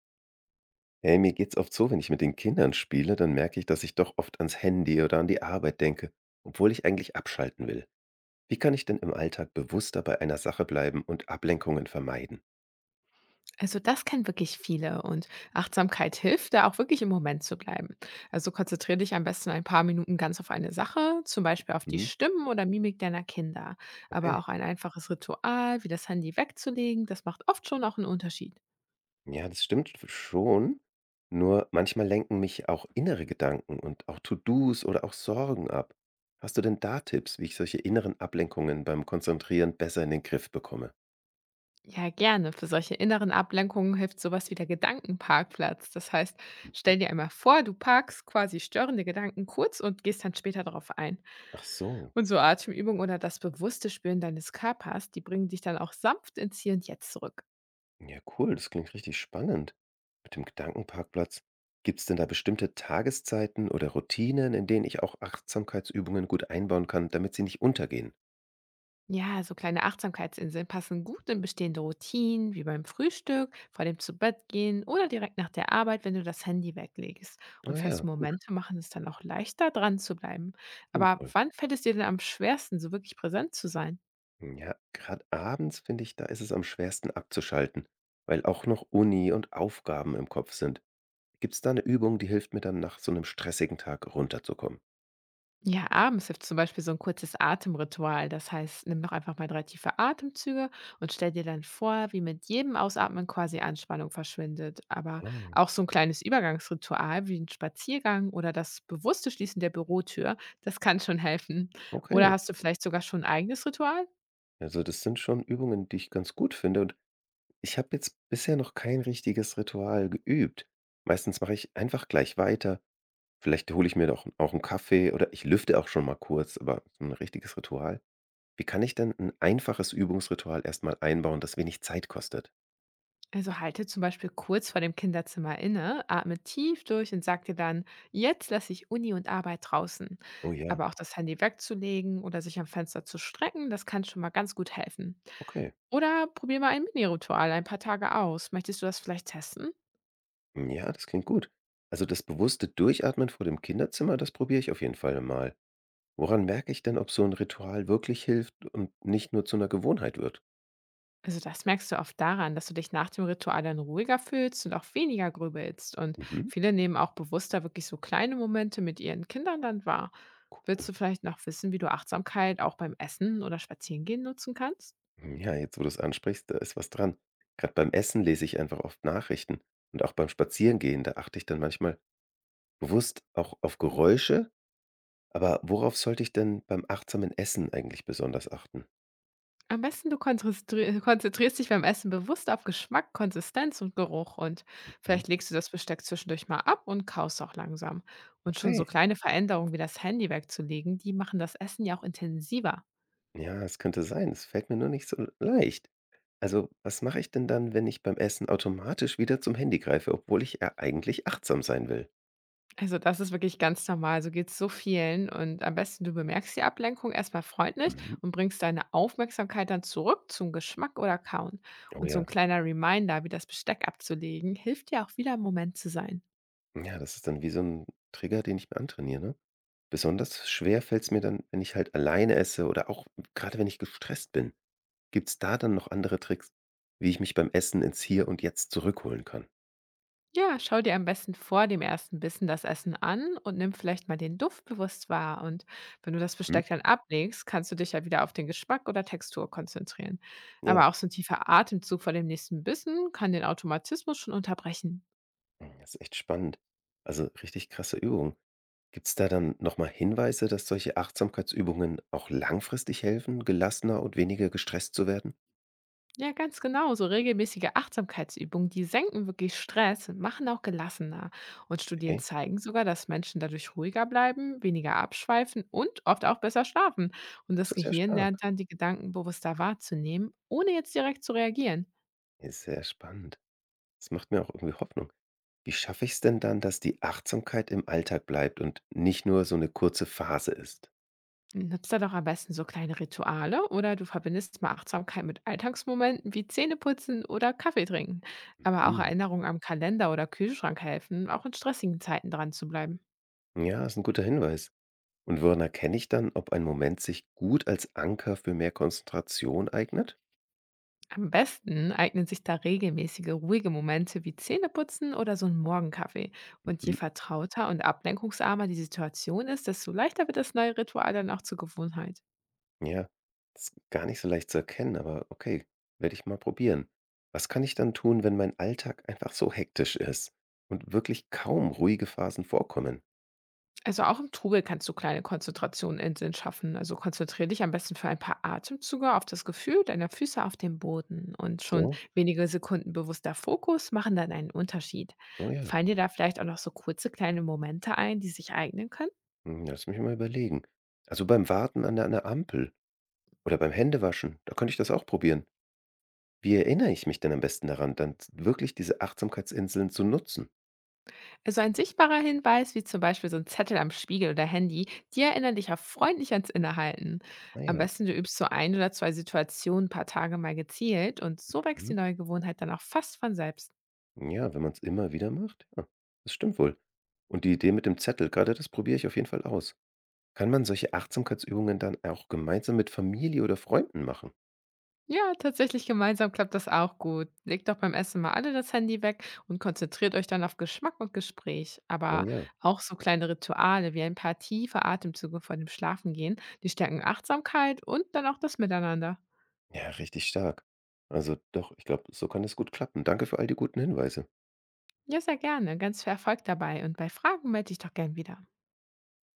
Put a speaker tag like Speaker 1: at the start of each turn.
Speaker 1: Hey, mir geht's oft so, wenn ich mit den Kindern spiele, dann merke ich, dass ich doch oft ans Handy oder an die Arbeit denke, obwohl ich eigentlich abschalten will. Wie kann ich denn im Alltag bewusster bei einer Sache bleiben und Ablenkungen vermeiden?
Speaker 2: Also das kennen wirklich viele und Achtsamkeit hilft da auch wirklich im Moment zu bleiben. Also konzentriere dich am besten ein paar Minuten ganz auf eine Sache, zum Beispiel auf die
Speaker 1: Mhm.
Speaker 2: Stimmen oder Mimik deiner Kinder.
Speaker 1: Okay,
Speaker 2: Aber auch ein einfaches Ritual, wie das Handy wegzulegen, das macht oft schon auch einen Unterschied.
Speaker 1: ja, das stimmt schon. Nur manchmal lenken mich auch innere Gedanken und auch To-Dos oder auch Sorgen ab. Hast du denn da Tipps, wie ich solche inneren Ablenkungen beim Konzentrieren besser in den Griff bekomme?
Speaker 2: Ja, gerne. Für solche inneren Ablenkungen hilft sowas wie der Gedankenparkplatz. Das heißt,
Speaker 1: Mhm.
Speaker 2: stell dir einmal vor, du parkst quasi störende Gedanken kurz und gehst dann später darauf ein.
Speaker 1: Ach so.
Speaker 2: Und so Atemübungen oder das bewusste Spüren deines Körpers, die bringen dich dann auch sanft ins Hier und Jetzt zurück.
Speaker 1: Ja, cool, das klingt richtig spannend. Mit dem Gedankenparkplatz. Gibt es denn da bestimmte Tageszeiten oder Routinen, in denen ich auch Achtsamkeitsübungen gut einbauen kann, damit sie nicht untergehen?
Speaker 2: Ja, so kleine Achtsamkeitsinseln passen gut in bestehende Routinen, wie beim Frühstück, vor dem Zubettgehen oder direkt nach der Arbeit, wenn du das Handy weglegst.
Speaker 1: Oh
Speaker 2: Und
Speaker 1: ja,
Speaker 2: feste
Speaker 1: gut,
Speaker 2: Momente machen es dann auch leichter, dran zu bleiben.
Speaker 1: stimmt
Speaker 2: Aber
Speaker 1: wohl.
Speaker 2: wann fällt es dir denn am schwersten, so wirklich präsent zu sein?
Speaker 1: Ja, gerade abends finde ich, da ist es am schwersten abzuschalten, weil auch noch Uni und Aufgaben im Kopf sind. Gibt es da eine Übung, die hilft mir dann nach so einem stressigen Tag runterzukommen?
Speaker 2: Ja, abends hilft zum Beispiel so ein kurzes Atemritual. Das heißt, nimm doch einfach mal 3 tiefe Atemzüge und stell dir dann vor, wie mit jedem Ausatmen quasi Anspannung verschwindet. Aber
Speaker 1: Ah,
Speaker 2: auch so ein kleines Übergangsritual wie ein Spaziergang oder das bewusste Schließen der Bürotür, das kann schon helfen. Oder
Speaker 1: okay.
Speaker 2: hast du vielleicht sogar schon ein eigenes Ritual?
Speaker 1: Also das sind schon Übungen, die ich ganz gut finde. Und ich habe jetzt bisher noch kein richtiges Ritual geübt. Meistens mache ich einfach gleich weiter. Vielleicht hole ich mir doch auch einen Kaffee oder ich lüfte auch schon mal kurz, aber so 'n richtiges Ritual, wie kann ich denn ein einfaches Übungsritual erstmal einbauen, das wenig Zeit kostet?
Speaker 2: Also halte zum Beispiel kurz vor dem Kinderzimmer inne, atme tief durch und sag dir dann, jetzt lasse ich Uni und Arbeit draußen.
Speaker 1: Oh ja,
Speaker 2: Aber auch das Handy wegzulegen oder sich am Fenster zu strecken, das kann schon mal ganz gut helfen.
Speaker 1: okay.
Speaker 2: Oder probier mal ein Mini-Ritual ein paar Tage aus. Möchtest du das vielleicht testen?
Speaker 1: Hm, ja, das klingt gut. Also, das bewusste Durchatmen vor dem Kinderzimmer, das probiere ich auf jeden Fall mal. Woran merke ich denn, ob so ein Ritual wirklich hilft und nicht nur zu einer Gewohnheit wird?
Speaker 2: Also das merkst du oft daran, dass du dich nach dem Ritual dann ruhiger fühlst und auch weniger grübelst. Und
Speaker 1: Mhm.
Speaker 2: viele nehmen auch bewusster wirklich so kleine Momente mit ihren Kindern dann wahr. Willst du vielleicht noch wissen, wie du Achtsamkeit auch beim Essen oder Spazierengehen nutzen kannst?
Speaker 1: Ja, jetzt, wo du's ansprichst, da ist was dran. Gerade beim Essen lese ich einfach oft Nachrichten und auch beim Spazierengehen, da achte ich dann manchmal bewusst auch auf Geräusche. Aber worauf sollte ich denn beim achtsamen Essen eigentlich besonders achten?
Speaker 2: Am besten du konzentrierst dich beim Essen bewusst auf Geschmack, Konsistenz und Geruch und
Speaker 1: Mhm.
Speaker 2: vielleicht legst du das Besteck zwischendurch mal ab und kaust auch langsam. Und schon so
Speaker 1: Okay,
Speaker 2: kleine Veränderungen wie das Handy wegzulegen, die machen das Essen ja auch intensiver.
Speaker 1: ja, es könnte sein. Es fällt mir nur nicht so leicht. Also, was mache ich denn dann, wenn ich beim Essen automatisch wieder zum Handy greife, obwohl ich ja eigentlich achtsam sein will?
Speaker 2: Also, das ist wirklich ganz normal. So geht es so vielen. Und am besten, du bemerkst die Ablenkung erstmal freundlich
Speaker 1: Mhm.
Speaker 2: und bringst deine Aufmerksamkeit dann zurück zum Geschmack oder Kauen.
Speaker 1: Oh
Speaker 2: Und so ein
Speaker 1: ja.
Speaker 2: kleiner Reminder, wie das Besteck abzulegen, hilft dir auch wieder im Moment zu sein.
Speaker 1: Ja, das ist dann wie so ein Trigger, den ich mir antrainiere, ne? Besonders schwer fällt es mir dann, wenn ich halt alleine esse oder auch gerade, wenn ich gestresst bin. Gibt es da dann noch andere Tricks, wie ich mich beim Essen ins Hier und Jetzt zurückholen kann?
Speaker 2: Ja, schau dir am besten vor dem ersten Bissen das Essen an und nimm vielleicht mal den Duft bewusst wahr. Und wenn du das
Speaker 1: Mhm.
Speaker 2: Besteck dann ablegst, kannst du dich ja wieder auf den Geschmack oder Textur konzentrieren.
Speaker 1: Ja,
Speaker 2: Aber auch so ein tiefer Atemzug vor dem nächsten Bissen kann den Automatismus schon unterbrechen.
Speaker 1: das ist echt spannend. Also, richtig krasse Übung. Gibt es da dann nochmal Hinweise, dass solche Achtsamkeitsübungen auch langfristig helfen, gelassener und weniger gestresst zu werden?
Speaker 2: Ja, ganz genau. So regelmäßige Achtsamkeitsübungen, die senken wirklich Stress und machen auch gelassener. Und Studien
Speaker 1: Okay,
Speaker 2: zeigen sogar, dass Menschen dadurch ruhiger bleiben, weniger abschweifen und oft auch besser schlafen. Und
Speaker 1: das
Speaker 2: das
Speaker 1: ist ja
Speaker 2: Gehirn
Speaker 1: stark.
Speaker 2: lernt dann, die Gedanken bewusster wahrzunehmen, ohne jetzt direkt zu reagieren.
Speaker 1: Ist sehr spannend. Das macht mir auch irgendwie Hoffnung. Wie schaffe ich es denn dann, dass die Achtsamkeit im Alltag bleibt und nicht nur so eine kurze Phase ist?
Speaker 2: Nutzt da doch am besten so kleine Rituale oder du verbindest mal Achtsamkeit mit Alltagsmomenten wie Zähneputzen oder Kaffee trinken. Aber auch
Speaker 1: Mhm.
Speaker 2: Erinnerungen am Kalender oder Kühlschrank helfen, auch in stressigen Zeiten dran zu bleiben.
Speaker 1: Ja, ist ein guter Hinweis. Und woran erkenne ich dann, ob ein Moment sich gut als Anker für mehr Konzentration eignet?
Speaker 2: Am besten eignen sich da regelmäßige, ruhige Momente wie Zähneputzen oder so ein Morgenkaffee. Und je
Speaker 1: Mhm.
Speaker 2: vertrauter und ablenkungsarmer die Situation ist, desto leichter wird das neue Ritual dann auch zur Gewohnheit.
Speaker 1: Ja, ist gar nicht so leicht zu erkennen, aber okay, werde ich mal probieren. Was kann ich dann tun, wenn mein Alltag einfach so hektisch ist und wirklich kaum ruhige Phasen vorkommen?
Speaker 2: Also auch im Trubel kannst du kleine Konzentrationinseln schaffen. Also konzentriere dich am besten für ein paar Atemzüge auf das Gefühl deiner Füße auf dem Boden. Und schon
Speaker 1: So?
Speaker 2: wenige Sekunden bewusster Fokus machen dann einen Unterschied.
Speaker 1: Oh ja.
Speaker 2: Fallen dir da vielleicht auch noch so kurze kleine Momente ein, die sich eignen können?
Speaker 1: Hm, ja, lass mich mal überlegen. Also, beim Warten an der Ampel oder beim Händewaschen, da könnte ich das auch probieren. Wie erinnere ich mich denn am besten daran, dann wirklich diese Achtsamkeitsinseln zu nutzen?
Speaker 2: Also ein sichtbarer Hinweis, wie zum Beispiel so ein Zettel am Spiegel oder Handy, die erinnern dich auch freundlich ans Innehalten.
Speaker 1: Ah
Speaker 2: Am
Speaker 1: ja,
Speaker 2: besten du übst so ein oder zwei Situationen ein paar Tage mal gezielt und so wächst
Speaker 1: mhm.
Speaker 2: die neue Gewohnheit dann auch fast von selbst.
Speaker 1: Ja, wenn man es immer wieder macht, ja, das stimmt wohl. Und die Idee mit dem Zettel, gerade das probiere ich auf jeden Fall aus. Kann man solche Achtsamkeitsübungen dann auch gemeinsam mit Familie oder Freunden machen?
Speaker 2: Ja, tatsächlich gemeinsam klappt das auch gut. Legt doch beim Essen mal alle das Handy weg und konzentriert euch dann auf Geschmack und Gespräch.
Speaker 1: Oh
Speaker 2: Aber
Speaker 1: ja.
Speaker 2: auch so kleine Rituale wie ein paar tiefe Atemzüge vor dem Schlafengehen, die stärken Achtsamkeit und dann auch das Miteinander.
Speaker 1: Ja, richtig stark. Also doch, ich glaube, so kann es gut klappen. Danke für all die guten Hinweise.
Speaker 2: Ja, sehr gerne. Ganz viel Erfolg dabei und bei Fragen melde dich doch gern wieder.